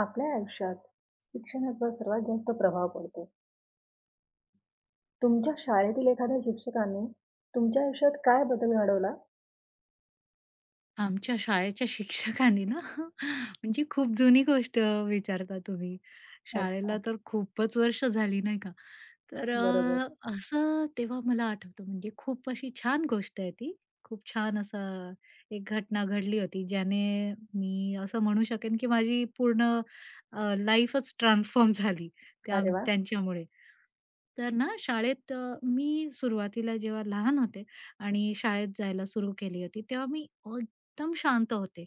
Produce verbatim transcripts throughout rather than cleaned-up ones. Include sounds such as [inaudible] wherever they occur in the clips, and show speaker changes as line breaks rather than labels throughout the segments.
आपल्या आयुष्यात शिक्षणाचा सर्वात जास्त प्रभाव पडतो. तुमच्या शाळेतील एखाद्या शिक्षकाने तुमच्या आयुष्यात काय बदल घडवला?
आमच्या शाळेच्या शिक्षकांनी ना [laughs] म्हणजे खूप जुनी गोष्ट विचारता तुम्ही.
अच्छा.
शाळेला तर खूपच वर्ष झाली नाही का. तर
बरोबर.
अ, असं तेव्हा मला आठवतं म्हणजे खूप अशी छान गोष्ट आहे ती. खूप छान असं एक घटना घडली होती ज्याने मी असं म्हणू शकेन की माझी पूर्ण लाईफच ट्रान्सफॉर्म झाली त्या
अरे वाह!
त्यांच्यामुळे. तर ना शाळेत अ, मी सुरुवातीला जेव्हा लहान होते आणि शाळेत जायला सुरू केली होती, तेव्हा मी एकदम शांत होते.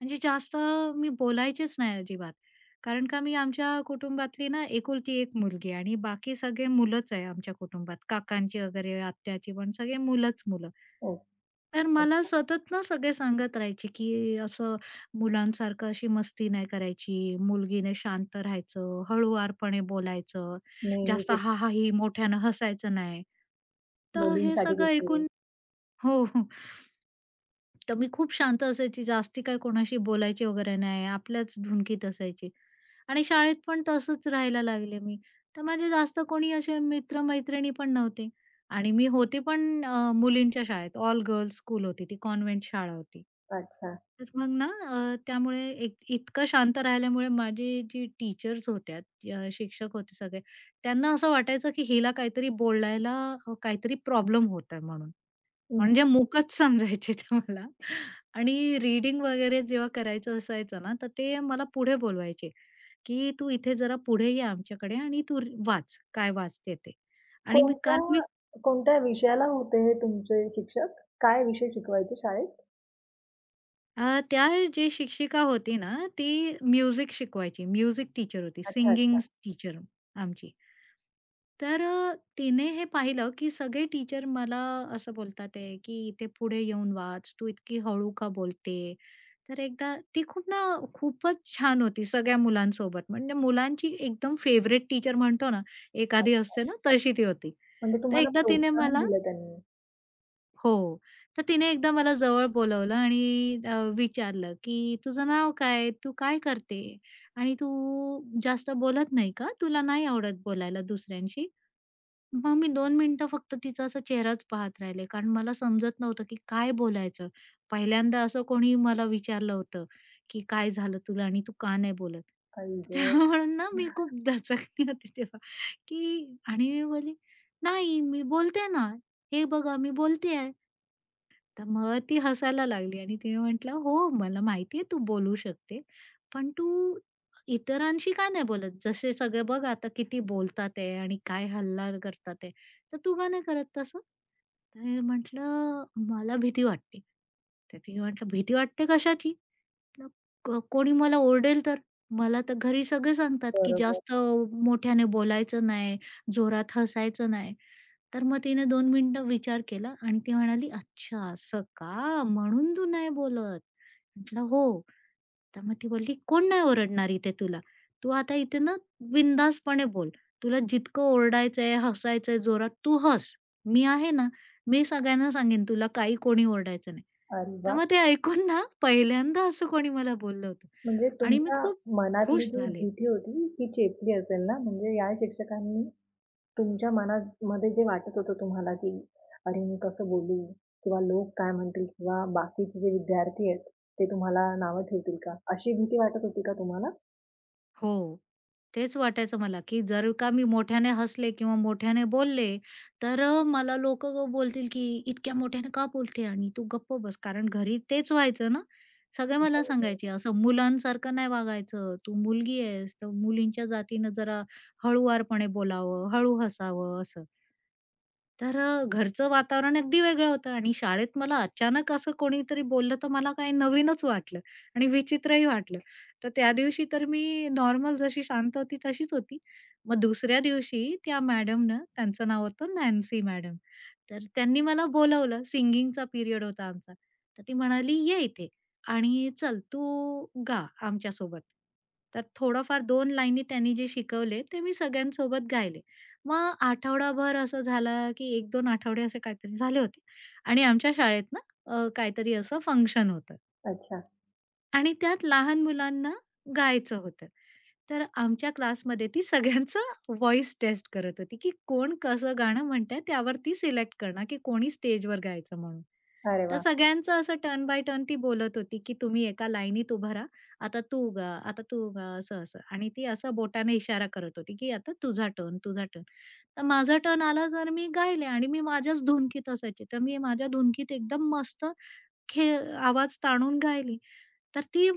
म्हणजे जास्त मी बोलायचीच नाही अजिबात. कारण का मी आमच्या कुटुंबातली ना एकुलती एक मुलगी आहे आणि बाकी सगळे मुलंच आहे आमच्या कुटुंबात. काकांची वगैरे, आत्याची पण सगळे मुलंच मुलं.
ओ,
तर मला
अच्छा.
सतत ना सगळे सांगत राहायचे, की असं मुलांसारखं अशी मस्ती नाही करायची, मुलगीने शांत राहायचं, हळुवारपणे बोलायचं. जास्त
नेहमीचे
हाहाही मोठ्यानं हसायचं नाही. तर हे
मुलींसाठी
सगळं
विषय.
ऐकून हो, हो. तर मी खूप शांत असायची, जास्ती काही कोणाशी बोलायची वगैरे नाही. आपल्याच धुनकीत असायची आणि शाळेत पण तसंच राहायला लागले मी. तर माझे जास्त कोणी असे मित्र-मैत्रिणी पण नव्हते आणि मी होते पण अ, मुलींच्या शाळेत. ऑल गर्ल्स स्कूल होती ती, कॉन्व्हेंट शाळा होती.
अच्छा.
तर मग ना अ, त्यामुळे इत इतकं शांत राहिल्यामुळे माझे जे टीचर्स होत्या, अ, शिक्षक होते सगळे, त्यांना असं वाटायचं की हिला काहीतरी बोलायला अ, काहीतरी प्रॉब्लेम होत आहे म्हणून.
हं.
म्हणजे मूकच समजायचे ते मला आणि रीडिंग वगैरे जेव्हा करायचं असायचं ना, तर ते मला पुढे बोलवायचे, की "तू इथे जरा पुढे ये आमच्याकडे आणि तू रि- वाच, काय वाचते ते." आणि मी
कोणत्या
कारण मी
कोणत्या विषयाला होते हे तुमचे शिक्षक? काय विषय शिकवायचे शाळेत?
अ, त्या जे शिक्षिका होती ना, ती म्युझिक शिकवायची. म्युझिक टीचर होती,
अच्छा,
सिंगिंग
अच्छा.
टीचर आमची. तर अ, तिने हे पाहिलं, की सगळे टीचर मला असं बोलतात आहे, की "इथे पुढे येऊन वाच, तू इतकी हळू का बोलते?" तर एकदा ती खूप ना खूपच छान होती सगळ्या मुलांसोबत. म्हणजे मुलांची एकदम फेवरेट टीचर म्हणतो ना, एखादी असते ना, तशी ती होती.
म्हणजे
तर
तुम्हाला
एकदा तिने
प्रोत्साहन
मला
दिलं त्यांनी.
हो. तर तिने एकदा मला जवळ बोलावलं आणि अ, विचारलं, की "तुझं नाव काय? तू काय करते? आणि तू जास्त बोलत नाही का? तुला नाही आवडत बोलायला दुसऱ्यांशी?" मग मी दोन मिनिटं फक्त तिचा असा चेहराच पाहत राहिले, कारण मला समजत नव्हतं की काय बोलायचं. पहिल्यांदा असं कोणी मला विचारलं होतं, की "काय झालं तुला आणि तू का नाही बोलत?"
आई गं!
[laughs] त्यामुळं ना मी खूप दचकली होती तेव्हा, की आणि मी बोलली, "नाही, मी बोलते ना. हे बघा मी बोलतेय." तर मग ती हसायला लागली आणि तिने म्हटलं, "हो, मला माहिती आहे तू बोलू शकते, पण तू इतरांशी का नाही बोलत? जसे सगळे बघ आता किती बोलतात आहे आणि काय हल्ला करतात आहे, तर तू का नाही करत तसं?" तर मी म्हटलं, "मला भीती वाटते." तर तिने म्हटलं, "भीती वाटते कशाची? म्हटलं, "को कोणी मला ओरडेल तर? मला तर घरी सगळे सांगतात की
बरोबर.
जास्त मोठ्याने बोलायचं नाही, जोरात हसायचं नाही." तर मग तिने दोन मिनिटं विचार केला आणि ती म्हणाली, "अच्छा असं का? म्हणून तू नाही बोलत?" म्हटलं, "हो." तर मग ती बोलली, "कोण नाही ओरडणार इथे तुला. तू आता इथे ना बिनधास्तपणे बोल. तुला जितकं ओरडायचंय, हसायचंय जोरात तू हस. मी आहे ना. मी सगळ्यांना सांगेन तुला काही कोणी ओरडायचं नाही."
अरे
तर
वाह!
मग ते ऐकून ना पहिल्यांदा असं कोणी मला बोललं होतं
म्हणजे
आणि मी
तुमच्या
खूप
मनातली
खुश
जी
झाले.
भीती होती, ती चेपली असेल ना? म्हणजे या शिक्षकांनी तुमच्या मनात मध्ये जे वाटत होतं तुम्हाला, की "अरे, मी कसं बोलू? किंवा लोक काय म्हणतील? किंवा बाकीचे जे विद्यार्थी आहेत, ते तुम्हाला नावं ठेवतील का?" अशी भीती वाटत होती का तुम्हाला?
हो. तेच वाटायचं मला, की जर का मी मोठ्याने हसले किंवा मोठ्याने बोलले, तर अ, मला लोकं बोलतील, की "इतक्या मोठ्याने का बोलते आणि तू गप्प बस." कारण घरी तेच व्हायचं ना. सगळे मला सांगायचे, "असं मुलांसारखं नाही वागायचं. तू मुलगी आहेस, तर मुलींच्या जातीनं जरा हळुवारपणे बोलावं, हळू हसावं." असं. तर अ, घरचं वातावरण अगदी वेगळं होतं आणि शाळेत मला अचानक असं कोणीतरी बोललं, तर मला काही नवीनच वाटलं आणि विचित्रही वाटलं. तर त्या दिवशी तर मी नॉर्मल जशी शांत होती तशीच होती. मग दुसऱ्या दिवशी त्या मॅडमनं त्यांचं नाव होतं नॅन्सी मॅडम. तर त्यांनी मला बोलावलं सिंगिंगचा पिरियड होता आमचा. तर ती म्हणाली, "ये इथे आणि चल तू गा आमच्यासोबत." तर थोडंफार दोन लाईनी त्यांनी जे शिकवले ते मी सगळ्यांसोबत गायले. मग आठवडाभर असं झालं, की एक दोन आठवडे असे काहीतरी झाले होते आणि आमच्या शाळेत ना अ, काहीतरी असं फंक्शन होतं.
अच्छा.
आणि त्यात लहान मुलांना गायचं होतं. तर आमच्या क्लासमध्ये ती सगळ्यांचा व्हॉईस टेस्ट करत होती, की कोण कसं गाणं म्हणतंय त्यावर ती सिलेक्ट करणार, की कोणी स्टेजवर गायचं म्हणून.
अरे
तर
वाह!
सगळ्यांचं असं टर्न बाय टर्न ती बोलत होती, की "तुम्ही एका लाईनीत उभं राहा. आता तू गा, आता तू गा" असं-असं. आणि ती असं बोटाने इशारा करत होती, की "आता तुझा टर्न, तुझा टर्न." तर माझा टर्न आला तर मी गायले आणि मी माझ्याच धुनकीत असायचे. तर मी माझ्या धुनकीत एकदम मस्त खे आवाज ताणून गायली. तर ती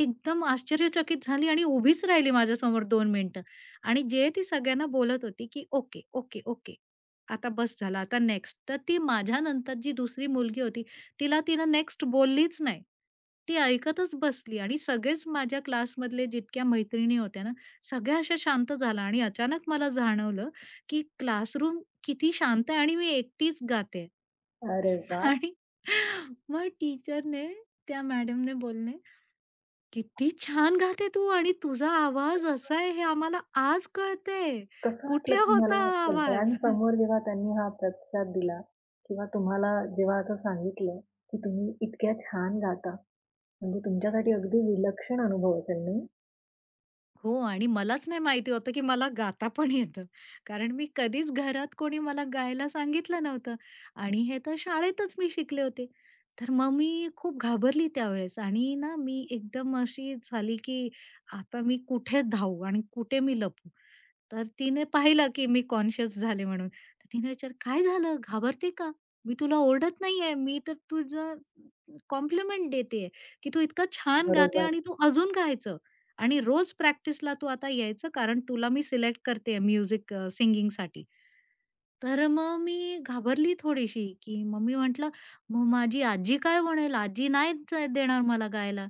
एकदम आश्चर्यचकित झाली आणि उभीच राहिली माझ्यासमोर दोन मिनिटं आणि जे ती सगळ्यांना बोलत होती, की "ओके, ओके, ओके. आता बस झालं. आता नेक्स्ट." तर ती माझ्यानंतर जी दुसरी मुलगी होती, तिला तिनं नेक्स्ट बोललीच नाही. ती ऐकतच बसली आणि सगळेच माझ्या क्लासमधले जितक्या मैत्रिणी होत्या ना, सगळ्या अशा शांत झाल्या आणि अचानक मला जाणवलं, की क्लासरूम किती शांत आहे आणि मी एकटीच गाते
अरे वाह!
आणि मग टीचरने त्या मॅडमने बोलले, "किती छान गाते तू आणि तुझा आवाज असा आहे हे आम्हाला आज कळतंय.
कसं वाटलं
कुठे
तुम्हाला
होता हा आवाज?"
सगळ्यांसमोर जेव्हा त्यांनी हा प्रतिसाद दिला किंवा तुम्हाला जेव्हा असं सांगितलं, की तुम्ही इतक्या छान गाता, म्हणजे तुमच्यासाठी अगदी विलक्षण अनुभव असेल, नाही?
हो आणि मलाच नाही माहिती होतं, की मला गाता पण येतं. कारण मी कधीच घरात कोणी मला गायला सांगितलं नव्हतं आणि हे तर शाळेतच मी शिकले होते. तर मग मी खूप घाबरली त्यावेळेस आणि ना मी एकदम अशी झाली, की आता मी कुठे धावू आणि कुठे मी लपू? तर तिने पाहिलं, की मी कॉन्शियस झाले म्हणून. तर तिने विचारलं, "काय झालं? घाबरते का? मी तुला ओरडत नाहीये. मी तर तुझं कॉम्प्लिमेंट देतेय, की तू इतकं छान गाते
बरोबर.
आणि तू अजून गायचं." आणि रोज प्रॅक्टिसला तू आता यायचं कारण तुला मी सिलेक्ट करतेय म्युझिक अ, सिंगिंगसाठी. तर मग मी घाबरली थोडीशी, की मग मी म्हटलं, "मग माझी आजी काय म्हणेल? आजी नाहीच देणार मला गायला."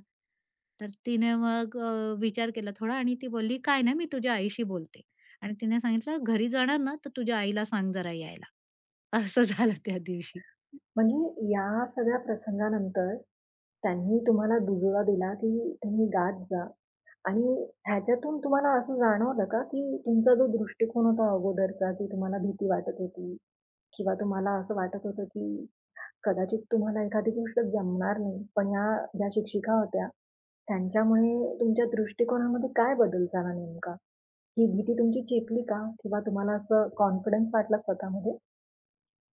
तर तिने मग अ, विचार केला थोडा आणि ती बोलली, "काय नाही, मी तुझ्या आईशी बोलते." आणि तिने सांगितलं, "घरी जाणार ना, तर तुझ्या आईला सांग जरा यायला." [laughs] असं झालं त्या दिवशी.
म्हणजे या सगळ्या प्रसंगानंतर त्यांनी तुम्हाला दुजोरा दिला, की तुम्ही गात जा आणि ह्याच्यातून तुम्हाला असं जाणवलं का, की तुमचा जो दृष्टिकोन होता अगोदरचा, की तुम्हाला भीती वाटत होती किंवा तुम्हाला असं वाटत होतं, की कदाचित तुम्हाला एखादी गोष्ट जमणार नाही. पण ह्या ज्या शिक्षिका होत्या, त्यांच्यामुळे तुमच्या दृष्टिकोनामध्ये काय बदल झाला नेमका? ही भीती तुमची चेपली का? किंवा तुम्हाला असं कॉन्फिडन्स वाटला स्वतःमध्ये?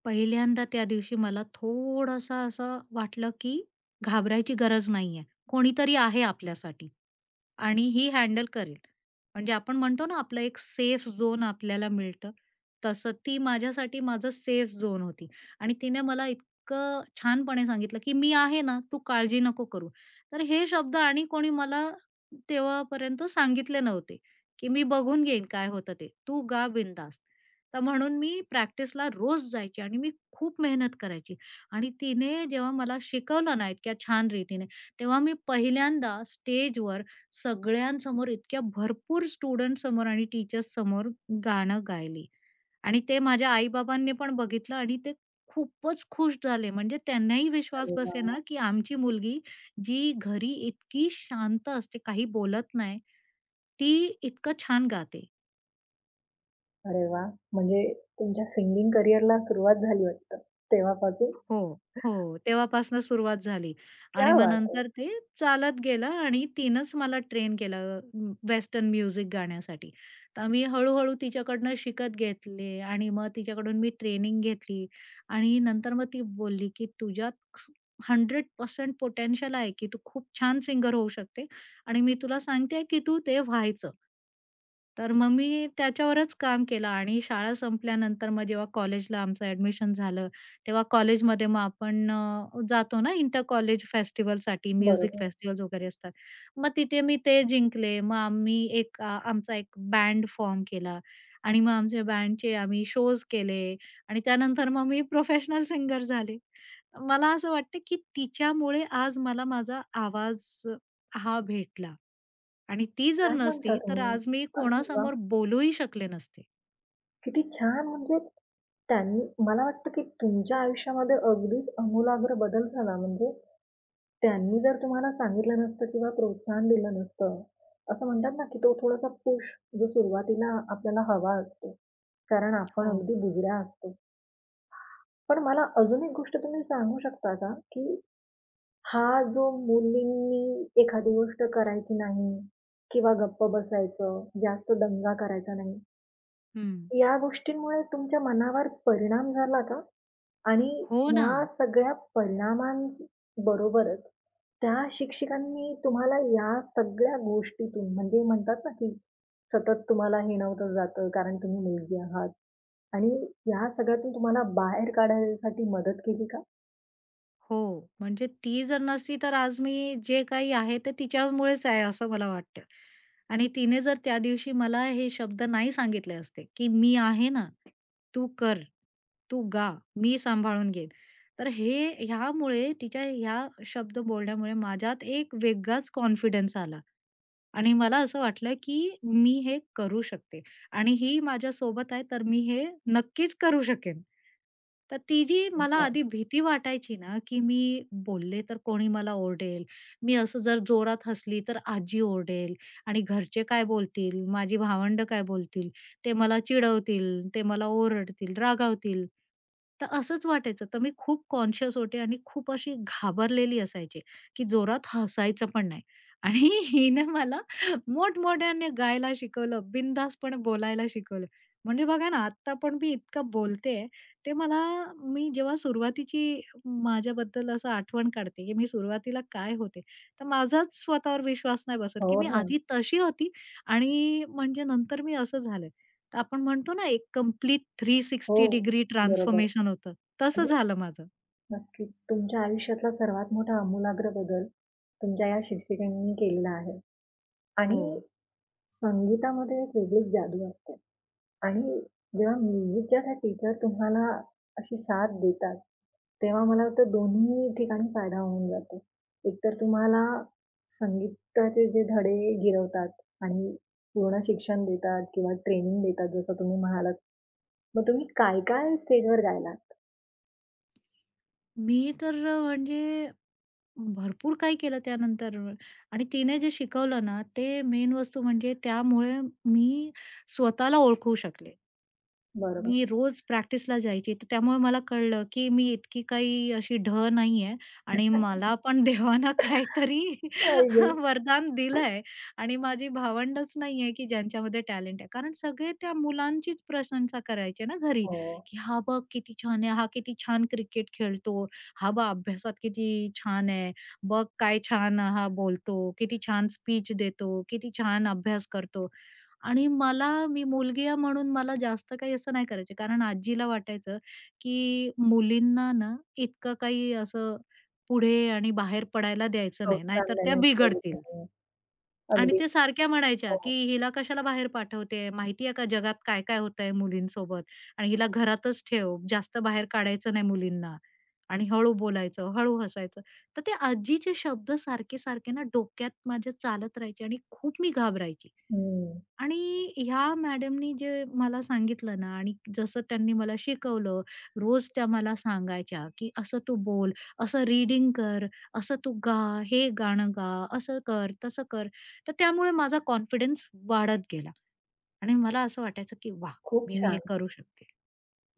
पहिल्यांदा त्या दिवशी मला थोडासा असं वाटलं, की घाबरायची गरज नाहीये. कोणीतरी आहे आपल्यासाठी. आणि ही हँडल करेल. म्हणजे आपण म्हणतो ना आपलं एक सेफ झोन आपल्याला मिळतं, तसं ती माझ्यासाठी माझं सेफ झोन होती आणि तिने मला इतकं छानपणे सांगितलं, की "मी आहे ना, तू काळजी नको करू." तर हे शब्द आणि कोणी मला तेव्हापर्यंत सांगितले नव्हते, की "मी बघून घेईन काय होतं ते. तू गा बिनधास्त." तर म्हणून मी प्रॅक्टिसला रोज जायची आणि मी खूप मेहनत करायची आणि तिने जेव्हा मला शिकवलं ना इतक्या छान रीतीने, तेव्हा मी पहिल्यांदा स्टेजवर सगळ्यांसमोर इतक्या भरपूर स्टुडंट्स समोर आणि टीचर्स समोर गाणं गायली. आणि ते माझ्या आई-बाबांनी पण बघितलं आणि ते खूपच खुश झाले. म्हणजे त्यांनाही विश्वास
अरे
बसे ना
वाह!
की आमची मुलगी जी घरी इतकी शांत असते, काही बोलत नाही, ती इतकं छान गाते.
अरे वाह! म्हणजे तुमच्या सिंगिंग करिअरला सुरुवात झाली वाटतं तेव्हापासून.
हो, हो. तेव्हापासून सुरुवात झाली आणि
क्या
मग
बात है!
नंतर ते चालत गेलं आणि तिनंच मला ट्रेन केलं अ, वेस्टर्न म्युझिक गाण्यासाठी. तर मी हळू-हळू तिच्याकडनं शिकत घेतले आणि मग तिच्याकडून मी ट्रेनिंग घेतली आणि नंतर मग ती बोलली, की "तुझ्यात शंभर टक्के पोटेन्शियल आहे, की तू खूप छान सिंगर होऊ शकते आणि मी तुला सांगते, की तू ते व्हायचं." तर मग मी त्याच्यावरच काम केलं आणि शाळा संपल्यानंतर मग जेव्हा कॉलेजला आमचं ॲडमिशन झालं तेव्हा कॉलेजमध्ये मग आपण अ, जातो ना इंटर कॉलेज फेस्टिव्हलसाठी म्युझिक
बरोबर.
फेस्टिव्हल्स वगैरे असतात. मग तिथे मी ते जिंकले. मग आम्ही एक अ, आमचा एक बँड फॉर्म केला आणि मग आमच्या बँडचे आम्ही शोज केले आणि त्यानंतर मग मी प्रोफेशनल सिंगर झाले. मला असं वाटतं की तिच्यामुळे आज मला माझा आवाज हा भेटला आणि ती जर
काय म्हणता
नसती तर
तुम्ही?
आज मी
अरे वाह!
कोणासमोर बोलूही शकले नसते.
किती छान म्हणजे त्यांनी मला वाटतं, की तुमच्या आयुष्यामध्ये अगदीच आमूलाग्र बदल झाला. म्हणजे त्यांनी जर तुम्हाला सांगितलं नसतं किंवा प्रोत्साहन दिलं नसतं, असं म्हणतात ना, की तो थोडासा पुश जो सुरुवातीला आपल्याला हवा असतो. कारण आपण
हो.
अगदी बुजऱ्या असतो. पण मला अजून एक गोष्ट तुम्ही सांगू शकता का, की हा जो मुलींनी एखादी गोष्ट करायची नाही किंवा गप्प बसायचं, जास्त दंगा करायचा नाही.
हं.
या गोष्टींमुळे तुमच्या मनावर परिणाम झाला का? आणि
हो ना.
ह्या सगळ्या परिणामांबरोबरच त्या शिक्षकांनी तुम्हाला या सगळ्या गोष्टीतून म्हणजे म्हणतात ना, की सतत तुम्हाला हिणवलं जातं कारण तुम्ही मुलगी आहात आणि या सगळ्यातून तुम्हाला बाहेर काढण्यासाठी मदत केली का?
हो, म्हणजे ती जर नसती तर आज मी जे काही आहे ते तिच्यामुळेच आहे असं मला वाटतं. आणि तिने जर त्या दिवशी मला हे शब्द नाही सांगितले असते, की "मी आहे ना, तू कर, तू गा, मी सांभाळून घेईन." तर हे ह्यामुळे तिच्या ह्या शब्द बोलण्यामुळे माझ्यात एक वेगळाच कॉन्फिडन्स आला. आणि मला असं वाटलं, की मी हे करू शकते आणि ही माझ्यासोबत आहे तर मी हे नक्कीच करू शकेन. तर ती जी मला
अच्छा.
आधी भीती वाटायची ना, की मी बोलले तर कोणी मला ओरडेल. मी असं जर जोरात हसली तर आजी ओरडेल आणि घरचे काय बोलतील, माझी भावंडं काय बोलतील, ते मला चिडवतील, ते मला ओरडतील, रागावतील. तर असंच वाटायचं. तर मी खूप कॉन्शियस होते आणि खूप अशी घाबरलेली असायचे, की जोरात हसायचं पण नाही. आणि [laughs] हिने मला मोठमोठ्याने गायला शिकवलं, बिनधास्तपणे बोलायला शिकवलं. म्हणजे बघा ना, आता पण मी इतकं बोलते ते मला मी जेव्हा सुरुवातीची माझ्याबद्दल असं आठवण काढते, की मी सुरुवातीला काय होते, तर माझाच स्वतःवर विश्वास नाही बसत, की
हो
मी
ना.
आधी तशी होती आणि म्हणजे नंतर मी असं झालं. तर आपण म्हणतो ना, एक कंप्लीट
हो.
तीनशे साठ डिग्री
बरोबर.
ट्रान्सफॉर्मेशन होतं, तसं झालं माझं.
नक्कीच. तुमच्या आयुष्यातला सर्वात मोठा आमूलाग्र बदल तुमच्या या शिक्षिकेने केलेला आहे
हो.
आणि संगीतामध्ये एक वेगळीच जादू असते आणि जेव्हा म्युझिकच्या त्या टीचर तुम्हाला अशी साथ देतात, तेव्हा मला वाटतं दोन्ही ठिकाणी फायदा होऊन जातो. एकतर तुम्हाला संगीताचे जे धडे गिरवतात आणि पूर्ण शिक्षण देतात किंवा ट्रेनिंग देतात जसं तुम्ही म्हणालात. मग तुम्ही काय-काय स्टेजवर गायलात?
मी तर म्हणजे भरपूर काही केलं त्यानंतर आणि तिने जे शिकवलं ना, ते मेन वस्तू म्हणजे त्यामुळे मी स्वतःला ओळखू शकले.
बरोबर.
मी रोज प्रॅक्टिसला जायची. तर त्यामुळे मला कळलं, की मी इतकी काही अशी ढ नाहीये आणि मला पण देवानं काहीतरी
आई
[laughs] वरदान दिलंय आणि माझी भावंडच नाहीये, की ज्यांच्यामध्ये टॅलेंट आहे. कारण सगळे त्या मुलांचीच प्रशंसा करायचे ना घरी,
हो.
की "हा बघ किती छान आहे. हा किती छान क्रिकेट खेळतो. हा बघ अभ्यासात किती छान आहे. बघ काय छान हा बोलतो. किती छान स्पीच देतो. किती छान अभ्यास करतो." आणि मला मी मुलगी आहे म्हणून मला जास्त काही असं नाही करायचं. कारण आजीला वाटायचं, की मुलींना ना इतकं काही असं पुढे आणि बाहेर पडायला द्यायचं नाही. नाहीतर
प्रोत्साहन
त्या
देण्याची गरज
बिघडतील.
नाहीये.
आणि
अगदी.
ते सारख्या म्हणायच्या, की
हो.
"हिला कशाला बाहेर पाठवते? माहिती आहे का जगात काय-काय होतंय मुलींसोबत? आणि हिला घरातच ठेव. जास्त बाहेर काढायचं नाही मुलींना." आणि हळू बोलायचं, हळू हसायचं. तर ते आजीचे शब्द सारखे-सारखे ना डोक्यात माझ्या चालत राहायचे आणि खूप मी घाबरायची.
हं.
आणि ह्या मॅडमनी जे मला सांगितलं ना आणि जसं त्यांनी मला शिकवलं, रोज त्या मला सांगायच्या, की "असं तू बोल, असं रीडिंग कर, असं तू गा, हे गाणं गा, असं कर, तसं कर." तर त्यामुळे माझा कॉन्फिडन्स वाढत गेला आणि मला असं वाटायचं, की वा,
खूप
मी हे
छान.
करू शकते.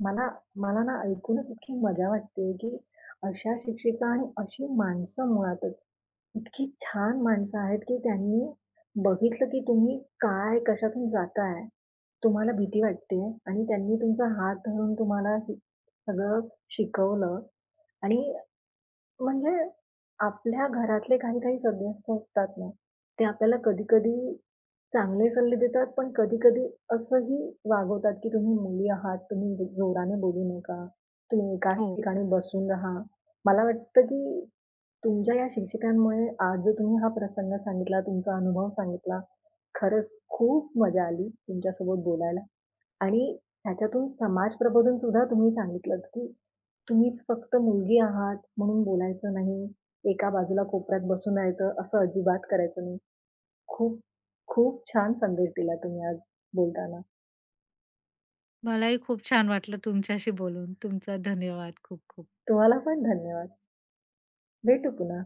मला मला ना ऐकूनच इतकी मजा वाटते, की अशा शिक्षिका आणि अशी माणसं मुळातच इतकी छान माणसं आहेत, की त्यांनी बघितलं, की तुम्ही काय कशातून जाताय, तुम्हाला भीती वाटते आणि त्यांनी तुमचा हात धरून तुम्हाला हे सगळं शिकवलं आणि म्हणजे आपल्या घरातले काही काही सदस्य असतात ना, ते आपल्याला कधी-कधी चांगले सल्ले देतात, पण कधी-कधी असंही वागवतात, की तुम्ही मुली आहात, तुम्ही ज जोराने बोलू नका, तुम्ही एकाच
हो,
ठिकाणी बसून राहा. मला वाटतं, की तुमच्या या शिक्षिकांमुळे आज जो तुम्ही हा प्रसंग सांगितला, तुमचा अनुभव सांगितला, खरंच खूप मजा आली तुमच्यासोबत बोलायला आणि ह्याच्यातून समाज प्रबोधन सुद्धा तुम्ही सांगितलत, की तुम्हीच फक्त मुलगी आहात म्हणून बोलायचं नाही, एका बाजूला कोपऱ्यात बसून राहायचं असं अजिबात करायचं नाही. खूप, खूप छान संदेश दिला तुम्ही आज बोलताना.
मलाही खूप छान वाटलं तुमच्याशी बोलून. तुमचा धन्यवाद खूप खूप.
तुम्हाला पण धन्यवाद. भेटू पुन्हा.